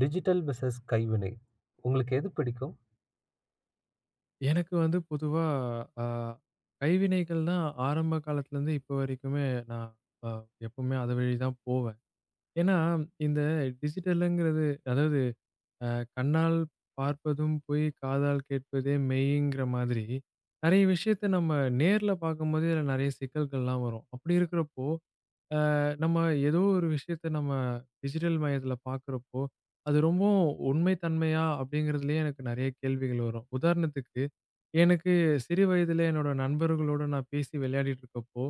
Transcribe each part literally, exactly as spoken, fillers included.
Digital versus கைவினை. உங்களுக்கு எது பிடிக்கும்? எனக்கு வந்து பொதுவா அ கைவினைகள் தான் ஆரம்ப காலத்துலருந்து இப்போ வரைக்குமே நான் அ எப்பவுமே அது வழி தான் போவேன். ஏன்னா, இந்த டிஜிட்டலுங்கிறது அதாவது அ கண்ணால் பார்ப்பதும் பொய், காதால் கேட்பதே மெய்ங்கிற மாதிரி நெறைய விஷயத்த நம்ம நேர்ல பார்க்கும்போதே இதுல நெறைய சிக்கல்கள்லாம் வரும். அப்படி இருக்கிறப்போ, அ நம்ம ஏதோ ஒரு விஷயத்த நம்ம டிஜிட்டல் மயத்துல பார்க்குறப்போ, அது ரொம்பவும் உண்மை தன்மையா அப்படிங்கிறதுலயே எனக்கு நெறைய கேள்விகள் வரும். உதாரணத்துக்கு எனக்கு சிறு வயதில என்னோட நண்பர்களோட நான் பேசி விளையாடிட்டு இருக்கப்போ,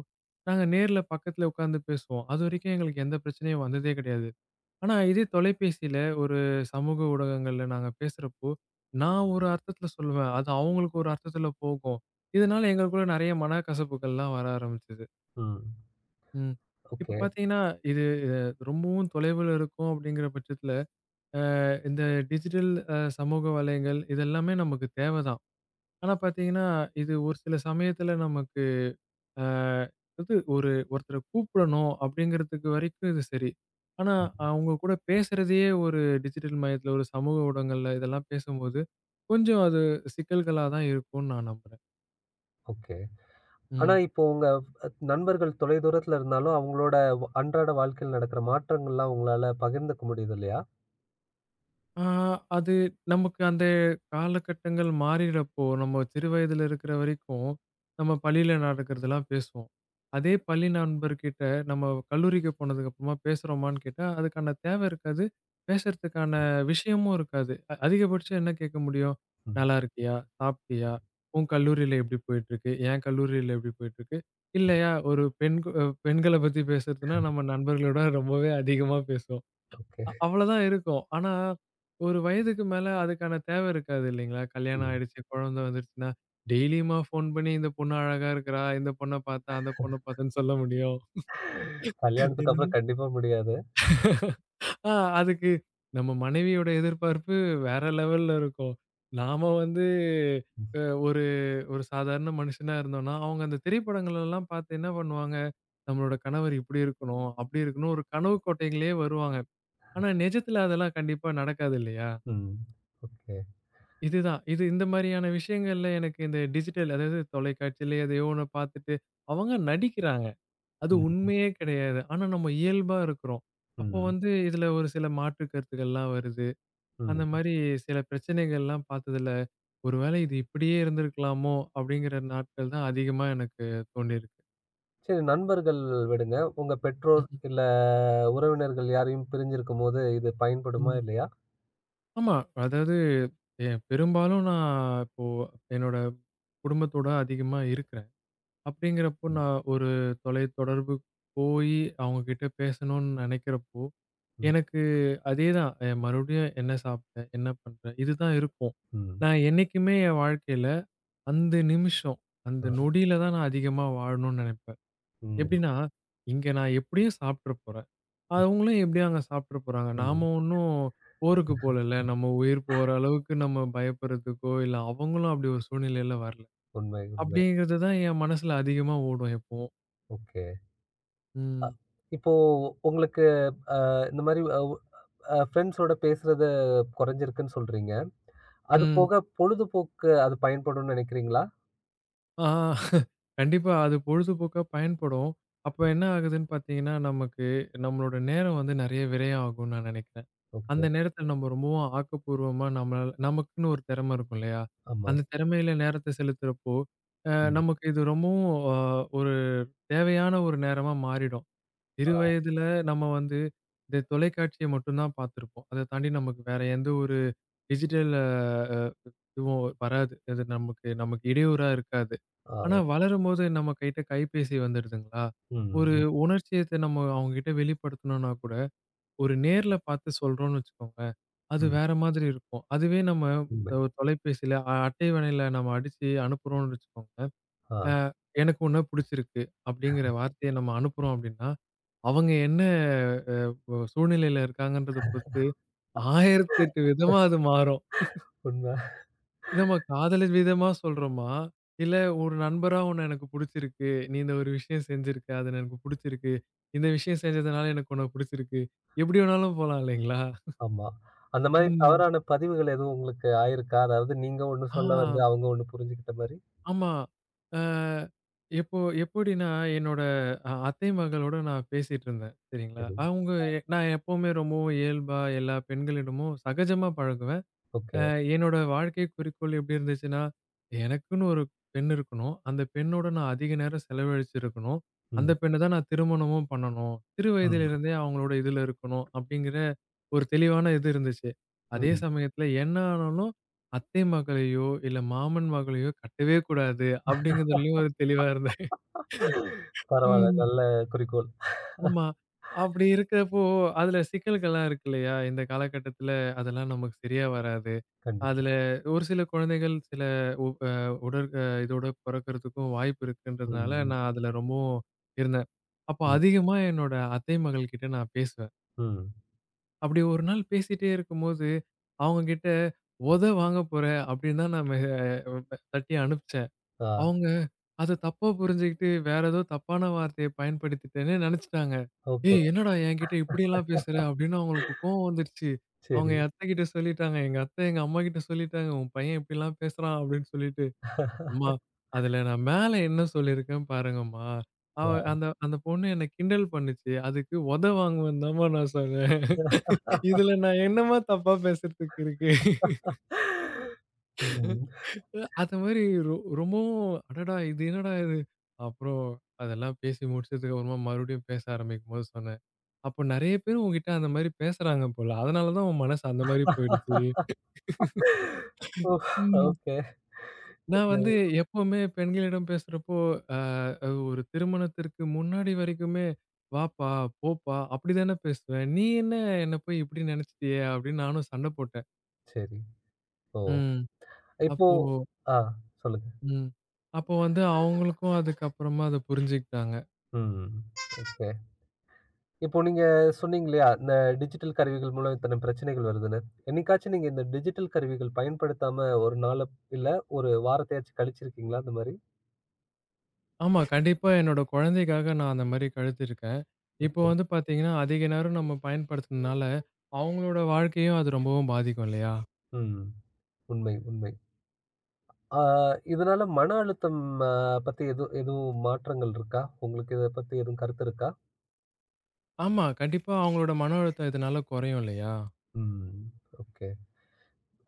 நாங்க நேர்ல பக்கத்துல உட்கார்ந்து பேசுவோம். அதுவரைக்கும் எங்களுக்கு எந்த பிரச்சனையும் வந்ததே கிடையாது. ஆனா இதே தொலைபேசியில ஒரு சமூக ஊடகங்கள்ல நாங்க பேசுறப்போ, நான் ஒரு அர்த்தத்துல சொல்லுவேன். அது அவங்களுக்கு ஒரு அர்த்தத்துல போகும். இதனால எங்களுக்குள்ள நெறைய மனக்கசப்புகள்லாம் வர ஆரம்பிச்சது. ம். ம். இப்ப ஓகே. பார்த்தீங்கன்னா, இது அ ரொம்பவும் தொலைவுல இருக்கும் அப்படிங்கிற பட்சத்துல, அ இந்த டிஜிட்டல் அ சமூக வலைங்கள் இதெல்லாமே நமக்கு தேவ தான். ஆனா பார்த்தீங்கன்னா, இது ஒரு சில சமயத்துல நமக்கு அ இது ஒரு ஒருத்தர கூப்பிடணும் அப்படிங்கிறதுக்கு வரைக்கும் இது சரி. ஆனா, ம். அவங்க கூட பேசுறதையே ஒரு டிஜிட்டல் மயத்துல, ஒரு சமூக ஊடகங்கள்ல இதெல்லாம் பேசும்போது, கொஞ்சம் அது சிக்கல்களா தான் இருக்கும்னு நான் நம்புறேன். ஓகே. ஆனா ம். இப்போ உங்க அ நண்பர்கள் தொலைதூரத்துல இருந்தாலும், அவங்களோட வ அன்றாட வாழ்க்கையில நடக்கிற மாற்றங்கள்லாம் உங்களால பகிர்ந்துக்க முடியுது இல்லையா? ஆ, அது நமக்கு அந்த காலகட்டங்கள் மாறிறப்போ, நம்ம சிறு வயதில இருக்கிற வரைக்கும், நம்ம பள்ளியில நடக்கிறதெல்லாம் பேசுவோம். அதே பள்ளி நண்பர்கிட்ட நம்ம கல்லூரிக்கு போனதுக்கு அப்புறமா பேசுறோமான்னு கேட்டா, அதுக்கான தேவை இருக்காது. பேசுறதுக்கான விஷயமும் இருக்காது. அ அதிகபட்சம் என்ன கேட்க முடியும்? ம். "நல்லா இருக்கியா? சாப்பிட்டியா? உன் கல்லூரியில எப்படி போயிட்டுருக்கு? என் கல்லூரியில எப்படி போயிட்டுருக்கு?" ம். இல்லையா, ஒரு பெண் கு பெண்கள பத்தி பேசுறதுன்னா, நம்ம நண்பர்களோட ரொம்பவே அதிகமா பேசுவோம். ஓகே. அ அவ்வளதான் இருக்கும். ஆனா, ஒரு வயதுக்கு மேல அதுக்கான தேவை இருக்காது இல்லைங்களா? கல்யாணம் ம். ஆயிடுச்சு, குழந்தை வந்துருச்சுன்னா, டெய்லியுமா ஃபோன் பண்ணி இந்த பொண்ணு அழகா இருக்கிறா, இந்த பொண்ண பார்த்தேன், அந்த பொண்ண பார்த்தேன்னு சொல்ல முடியும். கல்யாணத்துக்கு என்னது அப்புறம் கண்டிப்பா முடியாது. ஆ அதுக்கு நம்ம மனைவியோட எதிர்பார்ப்பு வேற லெவல்ல இருக்கும். நாம வந்து ம். அ ஒரு ஒரு சாதாரண மனுஷனா இருந்தோம்னா, அவங்க அந்த திரைப்படங்களெல்லாம் பார்த்து என்ன பண்ணுவாங்க, நம்மளோட கணவர் இப்படி இருக்கணும், அப்படி இருக்கணும், ஒரு கனவு கோட்டைகள்லயே வருவாங்க. ஆனா, நிஜத்துல அதெல்லாம் கண்டிப்பா நடக்காது இல்லையா? ம். ஓகே. இதுதான். இது இந்த மாரியான விஷயங்கள்ல எனக்கு இந்த டிஜிட்டல் அதாவது தொலைக்காட்சியில எதையோ ஒண்ண பார்த்துட்டு, அவங்க நடிக்கிறாங்க. அது ம். உண்மையே கிடையாது. ஆனா நம்ம இயல்பா இருக்கிறோம். அப்போ ம். வந்து இதுல ஒரு சில மாற்று கருத்துக்கள்லாம் வருது. அந்த ம். மாரி சில பிரச்சனைகள்லாம் பார்த்ததுல, ஒருவேளை இது இப்படியே இருந்திருக்கலாமோ! அப்படிங்கிற நாட்கள் தான் அதிகமா எனக்கு தோணியிருக்கு. சரி, நண்பர்கள் விடுங்க. உங்க பெற்றோர் ம்ஹ்ம். இல்ல உறவினர்கள் யாரையும் பிரிஞ்சிருக்கும்போது இது பயன்படுமா ம். இல்லையா? ஆமா. அதாவது எ பெரும்பாலும் நான் இப்போ என்னோட குடும்பத்தோட அதிகமா இருக்கிறேன். அப்படிங்கிறப்போ, ம். நான் ஒரு தொலைத்தொடர்பு போயி அவங்க கிட்ட பேசணும்னு நெனைக்கிறப்போ, ம். எனக்கு அதேதான். அ மறுபடியும் என்ன சாப்பிட்டேன்? என்ன பண்றேன்? இதுதான் இருக்கும். ம். நான் என்னைக்குமே என் வாழ்க்கையில அந்த நிமிஷம், அந்த ஆ. நொடியில தான் நான் அதிகமா வாழணும்னு நெனைப்பேன். ம். ஆமா. எப்படின்னா, இங்க நான் எப்படியும் சாப்பிட்டுற போறேன். அவங்களும் எப்படியும் அங்க சாப்பிட்டுற போறாங்க. ம். நாம ஒண்ணும் போருக்கு போலல்ல. நம்ம உயிர் போற அளவுக்கு நம்ம பயப்படுறதுக்கோ, இல்ல அவங்களும் அப்படி ஒரு சூழ்நிலையில வரல. உண்மை, உண்மை. அப்படிங்கிறது தான் என் மனசுல அதிகமா ஓடும் எப்பவும். ஓகே. ம். இப்போ உங்களுக்கு அ இந்த மாரி அவ் அ ஃப்ரெண்ட்ஸோட பேசுறது குறைஞ்சிருக்குன்னு சொல்றீங்க. அது ம். போக பொழுதுபோக்கு அது பயன்படும்னு நினைக்கிறீங்களா? ஆ கண்டிப்பா. அது பொழுதுபோக்கா பயன்படும். அப்ப என்ன ஆகுதுன்னு பார்த்தீங்கன்னா, நமக்கு நம்மளோட நேரம் வந்து நெறைய விரயம் ஆகும்னு நான் நினைக்கிறேன். ஓகே. அந்த நேரத்துல நம்ம ரொம்பவும் ஆக்கப்பூர்வமா நம்மளால நமக்குன்னு ஒரு திறமை இருக்கும் இல்லையா? ஆமா. அந்த திறமையில நேரத்த செலுத்துறப்போ, அ ம். நமக்கு இது ரொம்பவும் அ ஒரு தேவையான ஒரு நேரமா மாறிடும். ஆ, சிறு வயதுல நம்ம வந்து இந்த தொலைக்காட்சிய மட்டும் தான் பார்த்திருப்போம். அத தாண்டி நமக்கு வேற எந்த ஒரு டிஜிட்டல் அ இதுவும் வராது. அது நமக்கு நமக்கு இடையூறா இருக்காது. ஆ. ஆனா வளரும்போது நம்ம கிட்ட கைபேசி வந்துடுதுங்களா? ம், ஒரு ம், உணர்ச்சியத்த நம்ம அவங்ககிட்ட வெளிப்படுத்தணும்னா கூட, ஒரு நேர்ல பார்த்து சொல்றோம்னு வச்சுக்கோங்களேன், அது ம். வேற மாதிரி இருக்கும். அதுவே நம்ம உண்மை. ஒரு தொலைபேசியில அ அட்டைவணையில நம்ம அடிச்சு அனுப்புறோம்னு வச்சுக்கோங்களேன், ஆ. அ எனக்கு உன்ன புடிச்சிருக்கு அப்படிங்கிற வார்த்தைய நம்ம அனுப்புறோம் அப்படின்னா, அவங்க என்ன அ சூழ்நிலையில இருக்காங்கன்றத பொறுத்து ஆயிரத்து எட்டு விதமா அது மாறும். உண்மை. நம்ம காதலின் விதமா சொல்றோமா? இல்ல ஒரு நண்பரா உன்ன எனக்கு புடிச்சிருக்கு. நீ இந்த ஒரு விஷயம் செஞ்சிருக்க. அது எனக்கு புடிச்சிருக்கு. இந்த விஷயம் செஞ்சதுனால எனக்கு உன்ன புடிச்சிருக்கு. எப்படி வேணாலும் போலாம் இல்லைங்களா? ஆமா. அந்த மாரி ம். தவறான பதிவுகள் எதுவும் உங்களுக்கு ஆயிருக்கா? அதாவது நீங்க ஒண்ணு சொல்ல ஆ, வந்து அவங்க ஒண்ணு புரிஞ்சுகிட்ட மாரி? ஆமா. அ எப்போ எப்படின்னா, என்னோட அ அத்தை மகளோட நான் பேசிட்டு இருந்தேன். சரிங்களா? சரி. அவங்க எ- நான் எப்பவுமே ரொம்பவும் இயல்பா எல்லா பெண்களிடமும் சகஜமா பழகுவேன். ஓகே. அ என்னோட வாழ்க்கை குறிக்கோள் எப்படி இருந்துச்சுன்னா, எனக்குன்னு ஒரு பெண் இருக்கணும். அந்த பெண்ணோட நான் அதிக நேரம் செலவழிச்சிருக்கணும். அந்த ம், பெண்ண தான் நான் திருமணமும் பண்ணணும். சிறு ம், வயதிலிருந்தே அவங்களோட இதுல இருக்கணும் அப்படிங்கிற ஒரு தெளிவான இது இருந்துச்சு. அதே ம். சமயத்துல என்ன ஆனாலும் அத்தை மகளையோ, இல்ல மாமன் மகளையோ கட்டவே கூடாது அப்படிங்கிறதுலயும் ஒரு தெளிவா இருந்தேன். பரவால்ல. ம். நல்ல குறிக்கோள். ஆமா. அப்படி இருக்கிறப்போ, அதுல சிக்கல்கள்லாம் இருக்கு இல்லையா? இந்த காலகட்டத்துல அதெல்லாம் நமக்கு சரியா வராது. கண்டிப்பா. அதுல ஒரு சில குழந்தைகள் சில உ அ உடற் அ இதோட பொறக்கறதுக்கும் வாய்ப்பு இருக்குன்றதுனால, ம், நான் அதுல ரொம்பவும் இருந்தேன். அப்போ ம், அதிகமா என்னோட அத்தை மகள் கிட்ட நான் பேசுவேன். ம். அப்படி ஒரு நாள் பேசிட்டே இருக்கும்போது, அவங்க கிட்ட "உத வாங்க போற" அப்படின்னு தான் நான் மெ அஹ் தட்டி அனுப்பிச்சேன். ஆ. அவங்க அத தப்பா புரிஞ்சுகிட்டு, வேற ஏதோ தப்பான வார்த்தைய பயன்படுத்திட்டேன்னு நெனச்சுட்டாங்க. ஓகே. "ஏய்! என்னடா என்கிட்ட இப்படியெல்லாம் பேசுற?" அப்படின்னு அவங்களுக்கு கோவம் வந்துருச்சு. அவங்க சரி. என் அத்தைகிட்ட சொல்லிட்டாங்க. எங்க அத்தை எங்க அம்மாகிட்ட சொல்லிட்டாங்க. "உன் பையன் இப்படிலாம் பேசுறான்" அப்படின்னு சொல்லிட்டு. "அம்மா, அதுல நான் மேல என்ன சொல்லியிருக்கேன் பாருங்கம்மா. அவ ஆ, அந்த அந்த பொண்ணு என்ன கிண்டல் பண்ணுச்சு. அதுக்கு உத வாங்குவேன்னு தாம்மா நான் சொன்னேன். இதுல நான் என்னம்மா தப்பா பேசுறதுக்கு இருக்கு?" ம். அது மாரி ரொ ரொம்பவும் அடடா! இது என்னடா இது? அப்புறம் அதெல்லாம் பேசி முடிச்சதுக்கு அப்புறமா மறுபடியும் பேச ஆரம்பிக்கும்போது சொன்னேன். அப்போ நெறைய பேர் உன்கிட்ட அந்த மாரி பேசுறாங்க போல. அதனால தான் உன் மனசு அந்த மாரி போயிடுச்சு. ஓ! ம். ஓகே. நான் வந்து ம். எப்பவுமே பெண்களிடம் பேசுறப்போ, அ ஒரு திருமணத்திற்கு முன்னாடி வரைக்குமே, "வாப்பா, போப்பா" அப்படிதானே பேசுவேன். "நீ என்ன என்ன போய் இப்படி நெனச்சுட்டியே?" அப்படின்னு நானும் சண்டை போட்டேன். சரி. ஓ! ம். இப்போ அப்போ ஆ சொல்லுங்க. ம். அப்போ வந்து அவங்களுக்கும் அதுக்கப்புறமா அத புரிஞ்சுக்கிட்டாங்க. ம். ஓகே. இப்போ நீங்க சொன்னீங்க இல்லையா, இந்த டிஜிட்டல் கருவிகள் மூலம் இத்தன பிரச்சனைகள் வருதுன்னு. என்னைக்காச்சும் நீங்க இந்த டிஜிட்டல் கருவிகள் பயன்படுத்தாம ஒரு நாள இல்ல ஒரு வாரத்தையாச்சும் கழிச்சிருக்கீங்களா அந்த மாரி? ஆமா. கண்டிப்பா என்னோட குழந்தைக்காக நான் அந்த மாரி கழுத்திருக்கேன். இப்போ ஓகே. வந்து பார்த்தீங்கன்னா, அதிக நேரம் நம்ம பயன்படுத்துனதுனால, அவங்களோட வாழ்க்கையும் அது ரொம்பவும் பாதிக்கும் இல்லையா? ம். உண்மை, உண்மை. ஆ, இதனால மன அழுத்தம் அ பத்தி எது எதுவும் மாற்றங்கள் இருக்கா? உங்களுக்கு இத பத்தி எதுவும் கருத்து இருக்கா? ஆமா. கண்டிப்பா அவங்களோட மன அழுத்தம் இதனால குறையும் இல்லையா? ம். ஓகே.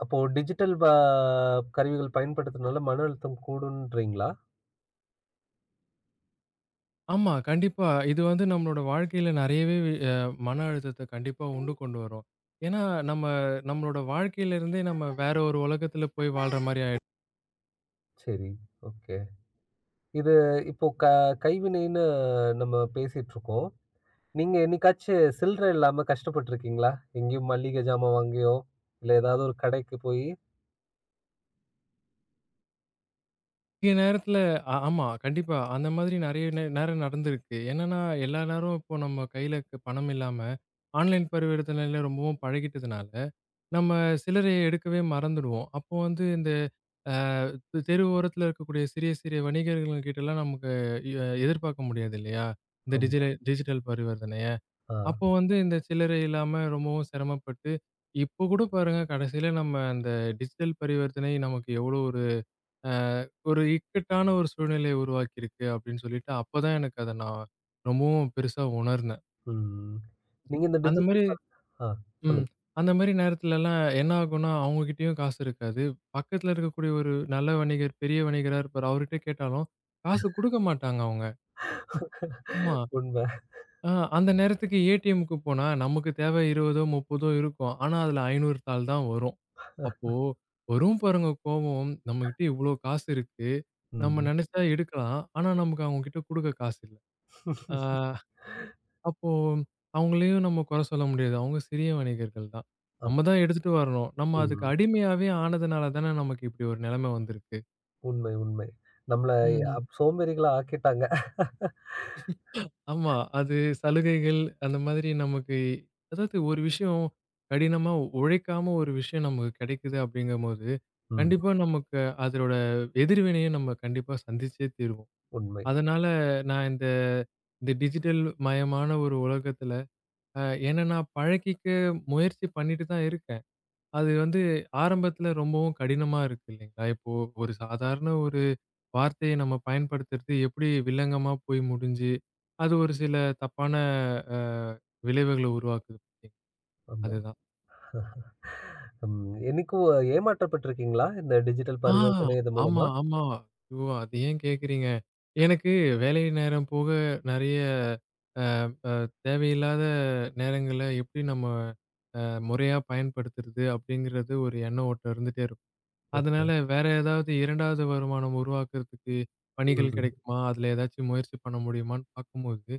அப்போ டிஜிட்டல் ப கருவிகள் பயன்படுத்துறதுனால மன அழுத்தம் கூடுன்றீங்களா? ஆமா. கண்டிப்பா. இது வந்து நம்மளோட வாழ்க்கையில நெறையவே அ மன அழுத்தத்த கண்டிப்பா உண்டு கொண்டு வரும். ஏன்னா, நம்ம நம்மளோட வாழ்க்கையில இருந்தே நம்ம வேற ஒரு உலகத்துல போய் வாழ்ற மாரி ஆயிடும். சரி, ஓகே. இது இப்போ க கைவினைன்னு நம்ம பேசிட்டுருக்கோம். நீங்க என்னைக்காச்சு சில்லற இல்லாம கஷ்டப்பட்டுருக்கீங்களா? எங்கேயும் மல்லிகை ஜாமான் வாங்கியோ, இல்ல ஏதாவது ஒரு கடைக்கு போயி? இங்க நேரத்துல ஆ ஆமா. கண்டிப்பா. அந்த மாதிரி நெறைய நே நேரம் நடந்திருக்கு. என்னன்னா, எல்லா நேரம் இப்போ நம்ம கையில க பணம் இல்லாம, ஆன்லைன் பரிவர்த்தனையில ரொம்பவும் பழகிட்டதுனால, நம்ம சில்லறைய எடுக்கவே மறந்துடுவோம். அப்போ வந்து இந்த அ தெரு ஓரத்துல இருக்கக்கூடிய சிறிய, சிறிய வணிகர்கள் கிட்டலாம் நமக்கு எ எதிர்பார்க்க முடியாது இல்லையா? இந்த ஆமா. டிஜில டிஜிட்டல் பரிவர்த்தனைய. ஆ. அப்போ வந்து இந்த சில்லறை இல்லாம ரொம்பவும் சிரமப்பட்டு, இப்போ கூட பாருங்க கடைசியில நம்ம அந்த டிஜிட்டல் பரிவர்த்தனை நமக்கு எவ்வளோ அ ஒரு இக்கட்டான ஒரு சூழ்நிலையை உருவாக்கியிருக்கு அப்படின்னு சொல்லிட்டு, அப்பதான் எனக்கு அத நான் ரொம்பவும் பெருசா உணர்ந்தேன். ம். நீங்க இந்த அந்த டிஜிட்டல் மாரி ப ஆ, ம். சொல்லுங்க. அந்த மாரி நேரத்துலலாம் என்ன ஆகும்னா, அவங்க கிட்டயும் காசு இருக்காது. பக்கத்துல இருக்கக்கூடிய ஒரு நல்ல வணிகர், பெரிய வணிகரா இருப்பாரு. அவர்கிட்ட கேட்டாலும், காசு குடுக்க மாட்டாங்க அவங்க. ஆமா. உண்ம. ஆ, அந்த நேரத்துக்கு ஏடிஎம்க்கு போனா, நமக்கு தேவை இருபதோ, முப்பதோ இருக்கும். ஆனா, அதுல ஐநூறு தாள் தான் வரும். அப்போ வரும் பாருங்க கோவம். நம்மகிட்ட இவ்ளோ காசு இருக்கு. நம்ம ம். நெனச்சா எடுக்கலாம். ஆனா, நமக்கு அவங்ககிட்ட குடுக்க காசு இல்ல. ஆ அப்போ அவங்களையும் நம்ம கொற சொல்ல முடியாது. அவங்க சிறிய வணிகர்கள் தான். அப் நம்ம தான் எடுத்துட்டு வரணும். நம்ம அதுக்கு ம். அடிமையாவே ஆனதுனால தானே நமக்கு இப்டி ஒரு நெலைமை வந்திருக்கு. உண்மை, உண்மை. நம்மள ம். அப் சோம்பேறிகளா ஆக்கிட்டாங்க. ஆமா. அது சலுகைகள் அந்த மாதிரி நமக்கு அதாவது ஒரு விஷயம் கடினமா உழைக்காம ஒரு விஷயம் நமக்கு கிடைக்குது அப்படிங்கும்போது, ம். கண்டிப்பா நமக்கு அதோட எதிர்வினைய நம்ம கண்டிப்பா சந்திச்சே தீருவோம். உண்மை. அதனால நான் இந்த இந்த டிஜிட்டல் மயமான ஒரு உலகத்துல, அ என்ன நான் பழகிக்க முயற்சி பண்ணிட்டு தான் இருக்கேன். அது வந்து ஆரம்பத்துல ரொம்பவும் கடினமா இருக்கு இல்லைங்களா? இப்போ ஒரு சாதாரண ஒரு வார்த்தைய நம்ம பயன்படுத்துறது எப்படி வில்லங்கமா போய் முடிஞ்சு, அது ஒரு சில தப்பான அ விளைவுகள உருவாக்குது. ஆமா. அதுதான். ம். என்னைக்கும் ஏமாற்றப்பட்டிருக்கீங்களா? இந்த டிஜிட்டல் ஆ பரிவர்த்தனை இது ஆமா, மூலமா? ஆமா. ஐயோ! அத ஏன் கேட்கிறீங்க? எனக்கு வேலை நேரம் போக நெறைய அ தேவையில்லாத நேரங்கள்ல எப்படி நம்ம அ முறையா பயன்படுத்துறது அப்படிங்கிறது ஒரு எண்ண ஓட்டம் இருந்துட்டே ஓகே. அதனால வேற ஏதாவது இரண்டாவது வருமானம் உருவாக்குறதுக்கு பணிகள் ம். கிடைக்குமா? அதுல ஏதாச்சும் முயற்சி பண்ண முடியுமான்னு பார்க்கும்போது,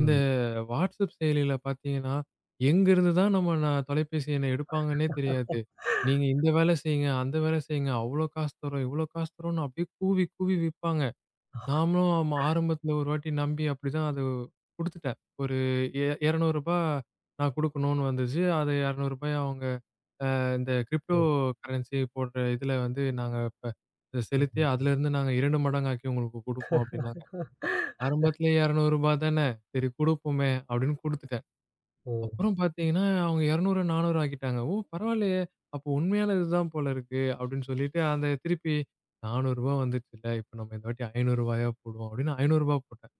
இந்த WhatsApp செயலியில பார்த்தீங்கன்னா, எங்கிருந்து தான் நம்ம நான் தொலைபேசி எண்ண எடுப்பாங்கன்னே தெரியாது. நீங்க இந்த வேலை செய்யுங்க, அந்த வேலை செய்யுங்க, அவ்ளோ காசு தர்றோம், இவ்ளோ காசு தர்றோம்ன்னு அப்படியே கூவி கூவி விப்பாங்க. நாமளும் ஆமா ஆரம்பத்துல ஒரு வாட்டி நம்பி அப்படிதான் அது குடுத்துட்டேன். ஒரு எ ரூ. இருநூறு நான் குடுக்கணும்னு வந்துச்சு. அது ரூ. இருநூறு அவங்க இந்த கிரிப்டோ ஓ. கரன்சி போடுற இதுல வந்து நாங்க இப்ப இத செலுத்தி ம். அதுலருந்து நாங்க இரண்டு மடங்காக்கி உங்களுக்கு குடுப்போம் அப்டின்னாங்க. ஆரம்பத்துல ரூ. இருநூறு தானே, சரி குடுப்போமே அப்டின்னு குடுத்துட்டேன். ஓ! அப்புறம் பார்த்தீங்கன்னா, அவங்க இருநூறு நானூறு ஆக்கிட்டாங்க. ஓ! பரவாயில்லையே! அப்போ உண்மையான இதுதான் போல இருக்கு அப்டின்னு சொல்லிட்டு அந்த திருப்பி ரூ. நானூறு வந்துச்சுல்ல. இப்ப நம்ம இந்த வாட்டி ரூ. ஐநூறா போடுவோம் அப்டின்னு ரூ. ஐநூறு போட்டேன்.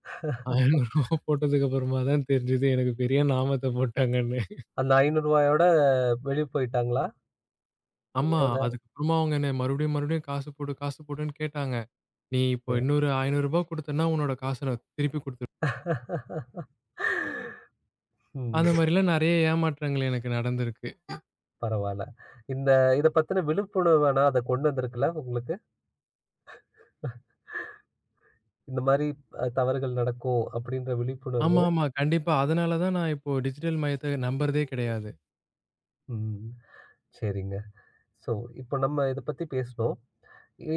ரூ. ஐநூறு போட்டதுக்கு அப்புறமா தான் தெரிஞ்சது எனக்கு பெரிய நாமத்த போட்டாங்கன்னு. அந்த ரூ. ஐநூறு வெளிய போயிட்டாங்களா? ஆமா. உங்களோட அதுக்கப்புறமா அவங்க என்ன மறுபடியும் மறுபடியும் காசு போடு, காசு போடுன்னு கேட்டாங்க. நீ இப்போ இன்னொரு ரூ. ஐநூறு குடுத்தன்னா, உன்னோட காச நான் திருப்பி குடுத்துருவேன். ம். அந்த மாரிலாம் நெறைய ஏமாற்றங்கள் எனக்கு நடந்திருக்கு. பரவால்ல. இந்த இத பத்தின விழிப்புணர்வு ஆனா அத கொண்டு வந்திருக்குல்ல உங்களுக்கு? இந்த மாரி அ தவறுகள் நடக்கும் அப்படின்ற விழிப்புணர்வு. ஆமா, ஆமா. கண்டிப்பா. அதனால தான் நான் இப்போ டிஜிட்டல் மயத்த நம்புறதே கிடையாது. ம். சரிங்க. ஸோ, இப்போ நம்ம இத பத்தி பேசுனோம்.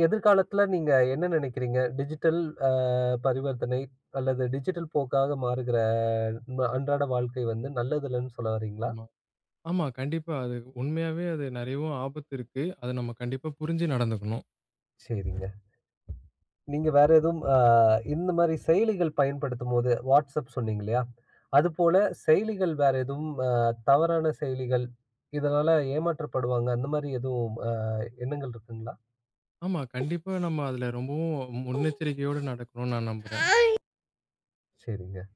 எதிர்காலத்துல நீங்க என்ன நினைக்கிறீங்க? டிஜிட்டல் அ பரிவர்த்தனை அல்லது டிஜிட்டல் போக்காக மாறுகிற ம அன்றாட வாழ்க்கை வந்து நல்லதில்லன்னு சொல்ல வர்றீங்களா? ஆமா. ஆமா. கண்டிப்பா. அது உண்மையாவே அது நெறையவும் ஆபத்து இருக்கு. அத நம்ம கண்டிப்பா புரிஞ்சு நடந்துக்கணும். சரிங்க. நீங்க வேற எதுவும் அ இந்த மாரி செயலிகள் பயன்படுத்தும்போது WhatsApp சொன்னீங்க இல்லையா? அதுபோல செயலிகள் வேற எதுவும் அ தவறான செயலிகள், இதனால ஏமாற்றப்படுவாங்க அந்த மாரி எதுவும் அ எண்ணங்கள் இருக்குங்களா? ஆமா. கண்டிப்பா நம்ம அதுல ரொம்பவும் முன்னெச்சரிக்கையோட நடக்கணும்னு நான் நம்புறேன். சரிங்க.